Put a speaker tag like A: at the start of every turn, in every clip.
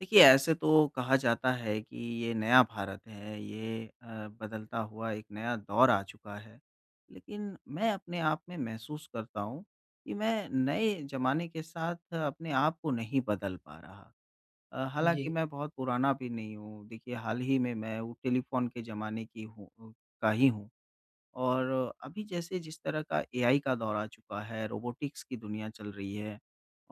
A: देखिए, ऐसे तो कहा जाता है कि ये नया भारत है, ये बदलता हुआ एक नया दौर आ चुका है। लेकिन मैं अपने आप में महसूस करता हूँ कि मैं नए ज़माने के साथ अपने आप को नहीं बदल पा रहा। हालाँकि
B: जी।
A: मैं बहुत पुराना भी नहीं हूँ। देखिए, हाल ही में मैं वो टेलीफ़ोन के ज़माने की हूँ का ही हूँ। और अभी जैसे जिस तरह का एआई का दौर आ चुका है, रोबोटिक्स की दुनिया चल रही है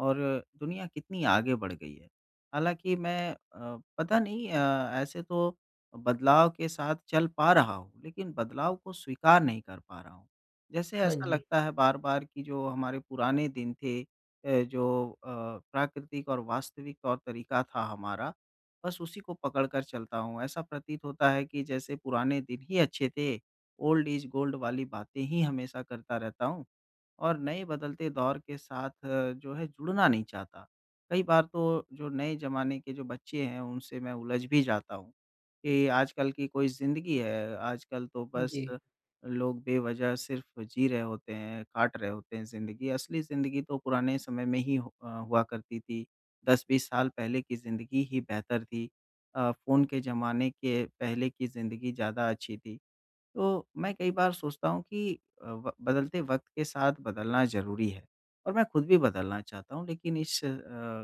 A: और दुनिया कितनी आगे बढ़ गई है। हालाँकि मैं पता नहीं ऐसे तो बदलाव के साथ चल पा रहा हूँ, लेकिन बदलाव को स्वीकार नहीं कर पा रहा हूँ। जैसे
B: हाँ
A: ऐसा
B: जी।
A: लगता है बार-बार कि जो हमारे पुराने दिन थे जो प्राकृतिक और वास्तविक तौर-तरीका था हमारा, बस उसी को पकड़ कर चलता हूँ। ऐसा प्रतीत होता है कि जैसे पुराने दिन ही अच्छे थे। ओल्ड इज गोल्ड वाली बातें ही हमेशा करता रहता हूँ और नए बदलते दौर के साथ जो है जुड़ना नहीं चाहता। कई बार तो जो नए ज़माने के जो बच्चे हैं उनसे मैं उलझ भी जाता हूँ कि आजकल की कोई ज़िंदगी है, आजकल तो बस
B: जी।
A: लोग बेवज़ह सिर्फ़ जी रहे होते हैं, काट रहे होते हैं ज़िंदगी। असली ज़िंदगी तो पुराने समय में ही हुआ करती थी। 10-20 साल पहले की ज़िंदगी ही बेहतर थी। फ़ोन के ज़माने के पहले की ज़िंदगी ज़्यादा अच्छी थी। तो मैं कई बार सोचता हूँ कि अ, व बदलते वक़्त के साथ बदलना ज़रूरी है और मैं खुद भी बदलना चाहता हूँ लेकिन इस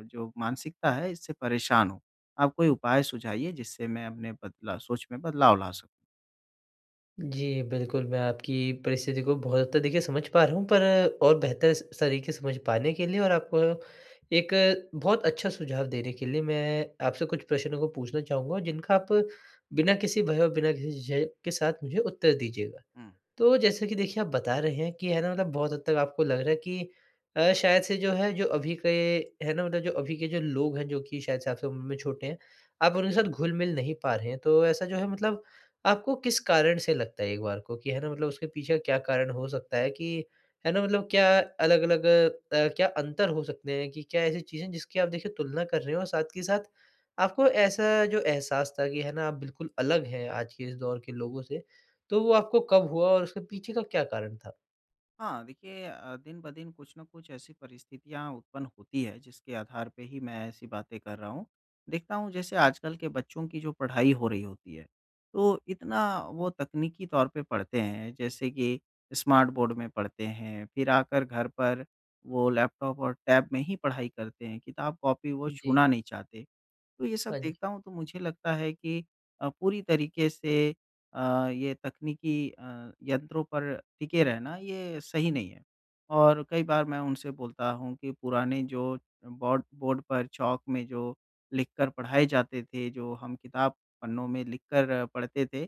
A: जो मानसिकता है इससे परेशान हूँ। आप कोई उपाय सुझाइए जिससे मैं अपने बदला सोच में बदलाव ला सकूँ?
B: जी, बिल्कुल मैं आपकी परिस्थिति को बहुत हद तक देखिए समझ पा रहा हूँ, पर और बेहतर स तरीके समझ पाने के लिए और आपको एक बहुत अच्छा सुझाव देने के लिए मैं आपसे कुछ प्रश्नों को पूछना चाहूँगा, जिनका आप बिना किसी भय और बिना किसी झिझक के साथ मुझे उत्तर दीजिएगा।
A: हुँ।
B: तो जैसा कि देखिए आप बता रहे हैं कि है ना, मतलब बहुत हद तक आपको लग रहा है कि शायद से जो है जो अभी के, है ना मतलब जो अभी के जो लोग हैं जो कि शायद से आपसे उम्र में छोटे हैं, आप उनके साथ घुल मिल नहीं पा रहे हैं। तो ऐसा जो है, मतलब आपको किस कारण से लगता है एक बार को कि है ना मतलब उसके पीछे का क्या कारण हो सकता है कि है ना मतलब क्या अलग अलग, क्या अंतर हो सकते हैं कि क्या ऐसी चीज़ें जिसकी आप देखिए तुलना कर रहे हो, और साथ के साथ आपको ऐसा जो एहसास था कि है ना आप बिल्कुल अलग हैं आज के इस दौर के लोगों से, तो वो आपको कब हुआ और उसके पीछे का क्या कारण था?
A: हाँ, देखिए दिन ब दिन कुछ न कुछ ऐसी परिस्थितियाँ उत्पन्न होती है, जिसके आधार पे ही मैं ऐसी बातें कर रहा हूँ। देखता हूँ जैसे आजकल के बच्चों की जो पढ़ाई हो रही होती है, तो इतना वो तकनीकी तौर पे पढ़ते हैं, जैसे कि स्मार्ट बोर्ड में पढ़ते हैं, फिर आकर घर पर वो लैपटॉप और टैब में ही पढ़ाई करते हैं, किताब-कॉपी वो
B: जी।
A: छूना नहीं चाहते। तो ये सब
B: हाँ जी।
A: देखता हूँ तो मुझे लगता है कि पूरी तरीके से अ, ये तकनीकी यंत्रों पर टिके रहना ये सही नहीं है। और कई बार मैं उनसे बोलता हूँ कि पुराने जो बोर्ड बोर्ड पर चॉक में जो लिखकर पढ़ाए जाते थे, जो हम किताब पन्नों में लिखकर पढ़ते थे,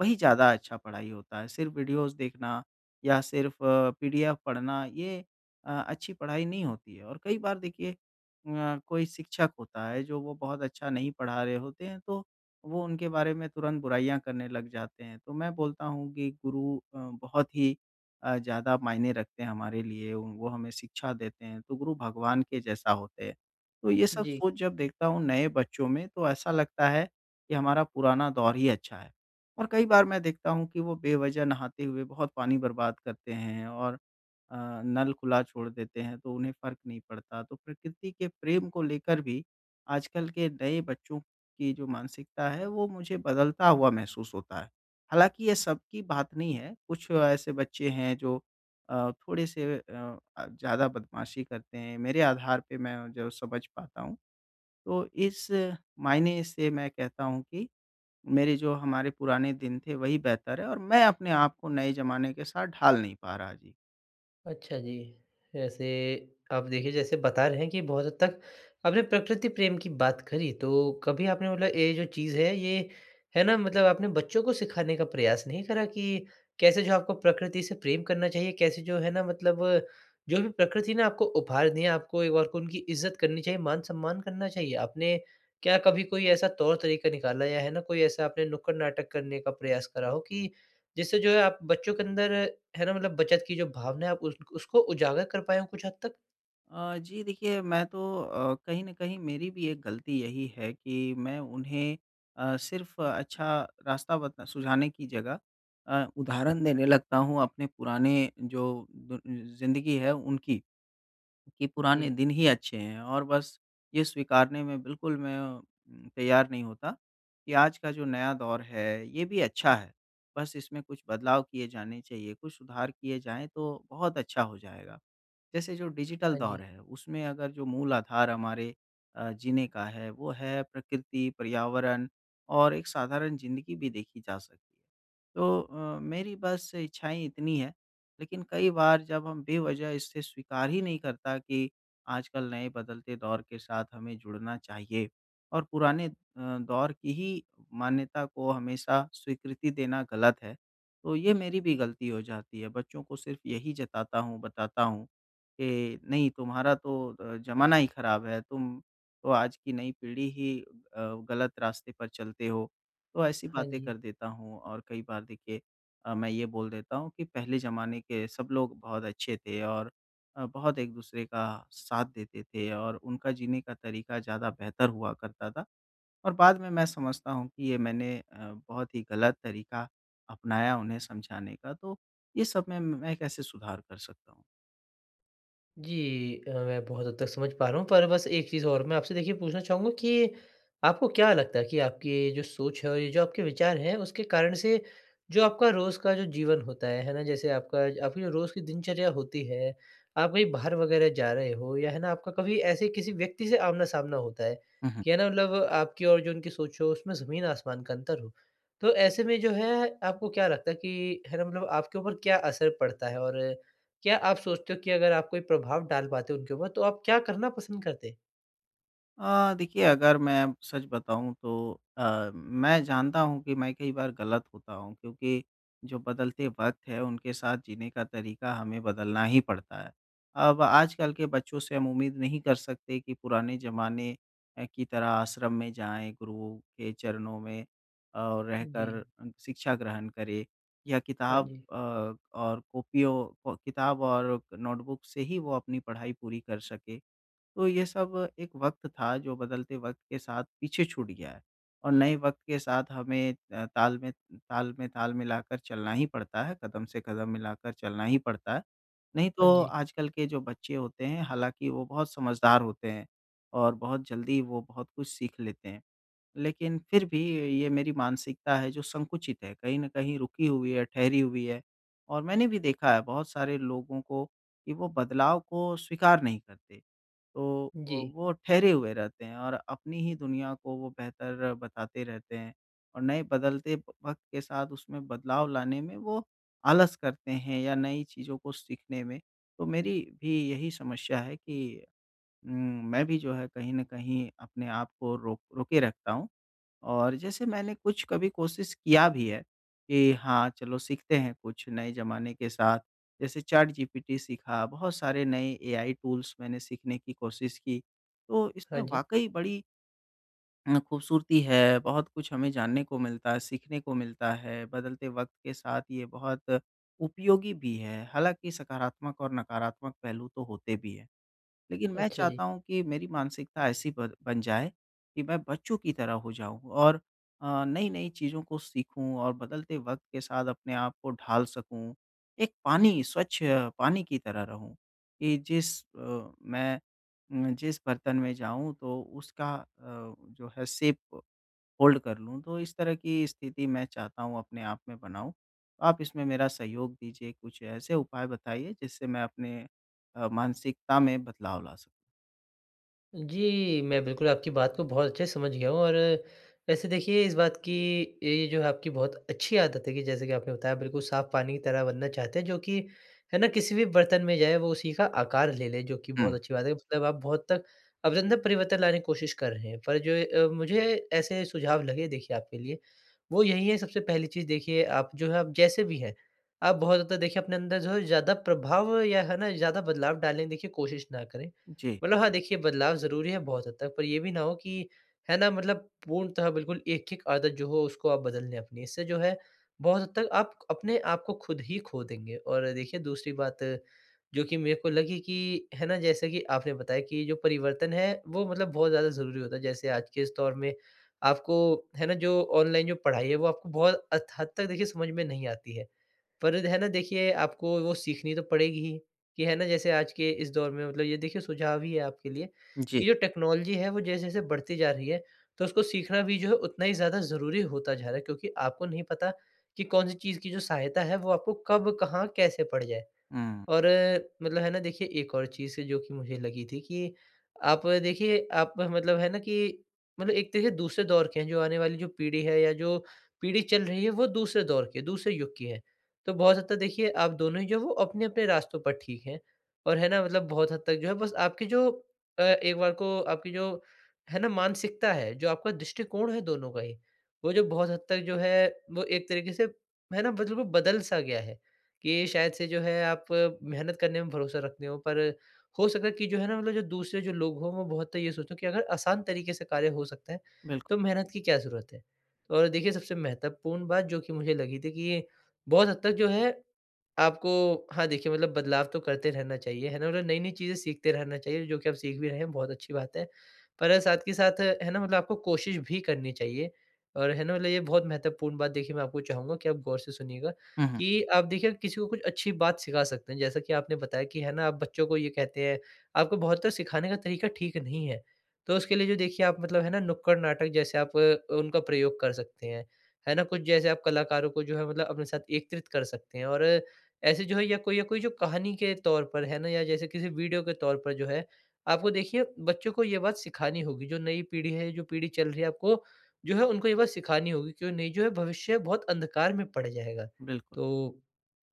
A: वही ज़्यादा अच्छा पढ़ाई होता है। सिर्फ़ वीडियोज़ देखना या सिर्फ़ पीडीएफ पढ़ना ये अच्छी पढ़ाई नहीं होती है। और कई बार देखिए कोई शिक्षक होता है जो वो बहुत अच्छा नहीं पढ़ा रहे होते हैं तो वो उनके बारे में तुरंत बुराइयाँ करने लग जाते हैं। तो मैं बोलता हूँ कि गुरु बहुत ही ज़्यादा मायने रखते हैं हमारे लिए, वो हमें शिक्षा देते हैं, तो गुरु भगवान के जैसा होते हैं। तो ये सब
B: जी।
A: सोच जब देखता हूँ नए बच्चों में तो ऐसा लगता है कि हमारा पुराना दौर ही अच्छा है। और कई बार मैं देखता हूँ कि वो बेवजह नहाते हुए बहुत पानी बर्बाद करते हैं और अ, नल खुला छोड़ देते हैं तो उन्हें फ़र्क नहीं पड़ता। तो प्रकृति के प्रेम को लेकर भी आजकल के नए बच्चों की जो मानसिकता है वो मुझे बदलता हुआ महसूस होता है। हालाँकि ये सबकी बात नहीं है, कुछ ऐसे बच्चे हैं जो थोड़े-से ज़्यादा बदमाशी करते हैं, मेरे आधार पे मैं जो समझ पाता हूँ। तो इस मायने से मैं कहता हूँ कि मेरे जो हमारे पुराने दिन थे वही बेहतर है और मैं अपने आप को नए ज़माने के साथ ढाल नहीं पा रहा। जी।
B: अच्छा जी। वैसे आप देखिए जैसे बता रहे हैं कि बहुत हद तक आपने प्रकृति प्रेम की बात करी, तो कभी आपने मतलब ये जो चीज़ है ये, है ना मतलब आपने बच्चों को सिखाने का प्रयास नहीं करा कि कैसे जो आपको प्रकृति से प्रेम करना चाहिए, कैसे जो है ना मतलब जो भी प्रकृति ने आपको उपहार दिए हैं, आपको एक बार को उनकी इज़्ज़त करनी चाहिए, मान-सम्मान करना चाहिए। आपने क्या कभी कोई ऐसा तौर तरीका निकाला या है ना कोई ऐसा आपने नुक्कड़ नाटक करने का प्रयास करा हो कि जिससे जो है आप बच्चों के अंदर, है ना मतलब बचत की जो भावना है, आप उस उसको उजागर कर पाएँ हो कुछ हद तक?
A: जी देखिए मैं तो कहीं न कहीं मेरी भी एक गलती यही है कि मैं उन्हें सिर्फ़ अच्छा रास्ता बता सुझाने की जगह उदाहरण देने लगता हूँ अपने पुराने जो दु ज़िंदगी है उनकी, कि पुराने
B: जी।
A: दिन ही अच्छे हैं और बस ये स्वीकारने में बिल्कुल मैं तैयार नहीं होता कि आज का जो नया दौर है, ये भी अच्छा है। बस इसमें कुछ बदलाव किए जाने चाहिए, कुछ सुधार किए जाएँ तो बहुत अच्छा हो जाएगा। जैसे जो डिजिटल
B: हाँ जी।
A: दौर है, उसमें अगर जो मूल आधार हमारे जीने का है, वो है प्रकृति, पर्यावरण और एक साधारण ज़िंदगी भी देखी जा सकती है। तो मेरी बस इच्छाएँ इतनी हैं, लेकिन कई बार जब हम बेवजह इसे स्वीकार ही नहीं करता कि आजकल नए बदलते दौर के साथ हमें जुड़ना चाहिए और पुराने दौर की ही मान्यता को हमेशा स्वीकृति देना गलत है। तो ये मेरी भी गलती हो जाती है, बच्चों को सिर्फ़ यही जताता हूँ, बताता हूँ कि नहीं तुम्हारा तो ज़माना ही ख़राब है, तुम तो आज की नई पीढ़ी ही गलत रास्ते पर चलते हो। तो ऐसी
B: हाँ
A: बातें कर
B: जी।
A: देता हूँ और कई बार देखिए मैं ये बोल देता हूँ कि पहले ज़माने के सब लोग बहुत अच्छे थे और बहुत एक-दूसरे का साथ देते थे और उनका जीने का तरीका ज़्यादा बेहतर हुआ करता था और बाद में मैं समझता हूँ कि ये मैंने बहुत ही गलत तरीका अपनाया उन्हें समझाने का। तो ये सब में मैं कैसे सुधार कर सकता हूँ?
B: जी मैं बहुत हद तक समझ पा रहा हूँ, पर बस एक चीज़ और मैं आपसे देखिए पूछना चाहूँगा कि आपको क्या लगता है कि आपकी जो सोच है और ये जो आपके विचार हैं, उसके कारण से जो आपका रोज़ का जो जीवन होता है ना? जैसे आपका आपकी जो रोज़ की दिनचर्या होती है, आप कहीं बाहर वगैरह जा रहे हो या है ना, आपका कभी ऐसे किसी व्यक्ति से आमना-सामना होता है
A: हुँ, हुँ।
B: कि है ना, मतलब आपकी और जो उनकी सोच हो, उसमें ज़मीन-आसमान का अंतर हो। तो ऐसे में जो है, आपको क्या लगता है कि है ना, मतलब आपके ऊपर क्या असर पड़ता है? और क्या आप सोचते हो कि अगर आप कोई प्रभाव डाल पाते उनके ऊपर, तो आप क्या करना पसंद करते?
A: देखिए अगर मैं सच बताऊँ तो मैं जानता हूँ कि मैं कई बार गलत होता हूँ क्योंकि जो बदलते वक़्त है उनके साथ जीने का तरीका हमें बदलना ही पड़ता है। अब आजकल के बच्चों से हम उम्मीद नहीं कर सकते कि पुराने ज़माने की तरह आश्रम में जाएँ, गुरुओं के चरणों में और
B: जी।
A: रहकर शिक्षा ग्रहण करें या
B: हाँ
A: किताब
B: जी।
A: और कॉपियों को किताब और नोटबुक से ही वो अपनी पढ़ाई पूरी कर सके। तो ये सब एक वक़्त था जो बदलते वक़्त के साथ पीछे छूट गया है और नए वक़्त के साथ हमें ताल में ताल मिलाकर चलना ही पड़ता है, कदम से कदम मिलाकर चलना ही पड़ता है। नहीं
B: हाँ
A: तो
B: जी।
A: आजकल के जो बच्चे होते हैं हालाँकि वो बहुत समझदार होते हैं और बहुत जल्दी वो बहुत कुछ सीख लेते हैं। लेकिन फिर भी ये मेरी मानसिकता है जो संकुचित है, कहीं न कहीं रुकी हुई है, ठहरी हुई है और मैंने भी देखा है बहुत सारे लोगों को कि वो बदलाव को स्वीकार नहीं करते। तो
B: जी।
A: वो ठहरे हुए रहते हैं और अपनी ही दुनिया को वो बेहतर बताते रहते हैं और नए बदलते वक्त के साथ उसमें बदलाव लाने में वो आलस करते हैं या नई चीज़ों को सीखने में। तो मेरी भी यही समस्या है कि मैं भी जो है कहीं ना कहीं अपने आप को रोके रखता हूँ और जैसे मैंने कुछ कभी कोशिश किया भी है कि हाँ, चलो सीखते हैं कुछ नए ज़माने के साथ। जैसे चैटजीपीटी सीखा, बहुत सारे नए एआई टूल्स मैंने सीखने की कोशिश की। तो
B: हाँ
A: इसमें
B: जी।
A: वाक़ई बड़ी खूबसूरती है, बहुत कुछ हमें जानने को मिलता है, सीखने को मिलता है, बदलते वक़्त के साथ ये बहुत उपयोगी भी है। हालाँकि सकारात्मक और नकारात्मक पहलू तो होते भी हैं। लेकिन मैं
B: अच्छा जी।
A: चाहता हूँ कि मेरी मानसिकता ऐसी बन बन जाए कि मैं बच्चों की तरह हो जाऊँ और नई-नई चीज़ों को सीखूँ और बदलते वक़्त के साथ अपने आप को ढाल सकूँ। एक पानी, स्वच्छ पानी की तरह रहूँ कि जिस अ, मैं उम, जिस बर्तन में जाऊँ तो उसका जो है शेप होल्ड कर लूँ। तो इस तरह की स्थिति मैं चाहता हूँ अपने आप में बनाऊँ। आप इसमें मेरा सहयोग दीजिए, कुछ ऐसे उपाय बताइए जिससे मैं अपने मानसिकता में बदलाव ला सकूँ।
B: जी, मैं बिल्कुल आपकी बात को बहुत अच्छे से समझ गया हूँ। और वैसे देखिए इस बात की ये जो है आपकी बहुत अच्छी आदत है कि जैसे कि आपने बताया, बिल्कुल साफ पानी की तरह बनना चाहते हैं, जो कि है ना किसी भी बर्तन में जाए वो उसी का आकार ले ले, जो कि
A: हुँ।
B: बहुत अच्छी बात है। मतलब आप बहुत तक अपने अंदर परिवर्तन लाने की कोशिश कर रहे हैं। पर जो मुझे ऐसे सुझाव लगे देखिए आपके लिए, वो यही है, सबसे पहली चीज़ देखिए आप जो है आप जैसे भी हैं, आप बहुत ज़्यादा देखिए अपने अंदर जो है ज़्यादा प्रभाव या है ना ज़्यादा बदलाव डालने की देखिए कोशिश ना करें।
A: जी,
B: मतलब हाँ, देखिए बदलाव ज़रूरी है बहुत हद तक, पर ये भी ना हो कि है ना मतलब पूर्णतः बिल्कुल एक-एक आदत जो हो उसको आप बदल लें अपनी। इससे जो है बहुत हद तक आप अपने आप को खुद ही खो देंगे। और देखिए दूसरी बात जो कि मेरे को लगी कि है ना जैसे कि आपने बताया कि जो परिवर्तन है वो मतलब बहुत ज़्यादा ज़रूरी होता है। जैसे आज के इस दौर में आपको है ना जो ऑनलाइन जो पढ़ाई है वो आपको बहुत अत हद तक देखिए समझ में नहीं आती है। पर है ना देखिए आपको वो सीखनी तो पड़ेगी ही। कि है ना जैसे आज के इस दौर में मतलब ये देखिए सुझाव ही है आपके लिए
A: जी।
B: कि जो टेक्नोलॉजी है वो जैसे-जैसे बढ़ती जा रही है, तो उसको सीखना भी जो है उतना ही ज़्यादा ज़रूरी होता जा रहा है, क्योंकि आपको नहीं पता कि कौन-सी चीज़ की जो सहायता है वो आपको कब, कहाँ, कैसे पड़ जाए।
A: हुँ,
B: और मतलब है ना देखिए एक और चीज़ जो कि मुझे लगी थी कि आप देखिए आप मतलब है ना कि मतलब एक तरह से दूसरे दौर के हैं, जो आने वाली जो पीढ़ी है या जो पीढ़ी चल रही है वो दूसरे दौर की है, दूसरे युग की है। तो बहुत हद तक देखिए आप दोनों ही जो वो अपने-अपने रास्तों पर ठीक हैं, और है ना मतलब बहुत हद तक जो है बस आपकी जो एक बार को आपकी जो है ना मानसिकता है, जो आपका दृष्टिकोण है दोनों का ही, वो जो बहुत हद तक जो है वो एक तरीके से है ना मतलब वो बदल सा गया है। कि शायद से जो है आप मेहनत करने में भरोसा रखते हो, पर हो सकता है कि जो है ना मतलब जो दूसरे जो लोग हों वो बहुत ये सोचो कि अगर आसान तरीके से कार्य हो सकता है
A: बिल्कुल।
B: तो मेहनत की क्या ज़रूरत है? और देखिए सबसे महत्वपूर्ण बात जो कि मुझे लगी थी कि बहुत हद तक जो है आपको हाँ, देखिए मतलब बदलाव तो करते रहना चाहिए, है ना? मतलब नई-नई चीज़ें सीखते रहना चाहिए, जो कि आप सीख भी रहे हैं, बहुत अच्छी बात है। पर साथ के साथ है ना मतलब आपको कोशिश भी करनी चाहिए, और है ना मतलब ये बहुत महत्वपूर्ण बात देखिए मैं आपको चाहूँगा कि आप गौर से सुनिएगा
A: हुँ, हुँ,
B: कि आप देखिए किसी को कुछ अच्छी बात सिखा सकते हैं। जैसा कि आपने बताया कि है ना आप बच्चों को ये कहते हैं, आपको बहुत तो सिखाने का तरीका ठीक नहीं है। तो उसके लिए जो देखिए आप मतलब है ना नुक्कड़ नाटक जैसे आप उनका प्रयोग कर सकते हैं। है ना? कुछ जैसे आप कलाकारों को जो है मतलब अपने साथ एकत्रित कर सकते हैं, और ऐसे जो है या कोई जो कहानी के तौर पर है ना, या जैसे किसी वीडियो के तौर पर जो है, आपको देखिए बच्चों को ये बात सिखानी होगी। जो नई पीढ़ी है, जो पीढ़ी चल रही है, आपको जो है उनको ये बात सिखानी होगी, क्यों नहीं जो है भविष्य बहुत अंधकार में पड़ जाएगा।
A: बिल्कुल।
B: तो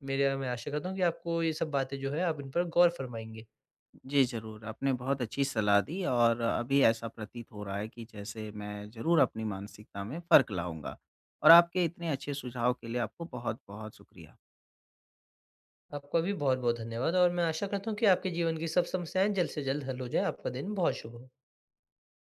B: मेरा मैं आशा करता हूँ कि आपको ये सब बातें जो है आप इन पर गौर फरमाएँगे।
A: जी, ज़रूर, आपने बहुत अच्छी सलाह दी और अभी ऐसा प्रतीत हो रहा है कि जैसे मैं ज़रूर अपनी मानसिकता में फ़र्क लाऊँगा। और आपके इतने अच्छे सुझाव के लिए आपको बहुत-बहुत शुक्रिया।
B: आपका भी बहुत-बहुत धन्यवाद, और मैं आशा करता हूँ कि आपके जीवन की सब समस्याएँ जल्द से जल्द हल हो जाएँ। आपका दिन बहुत शुभ हो।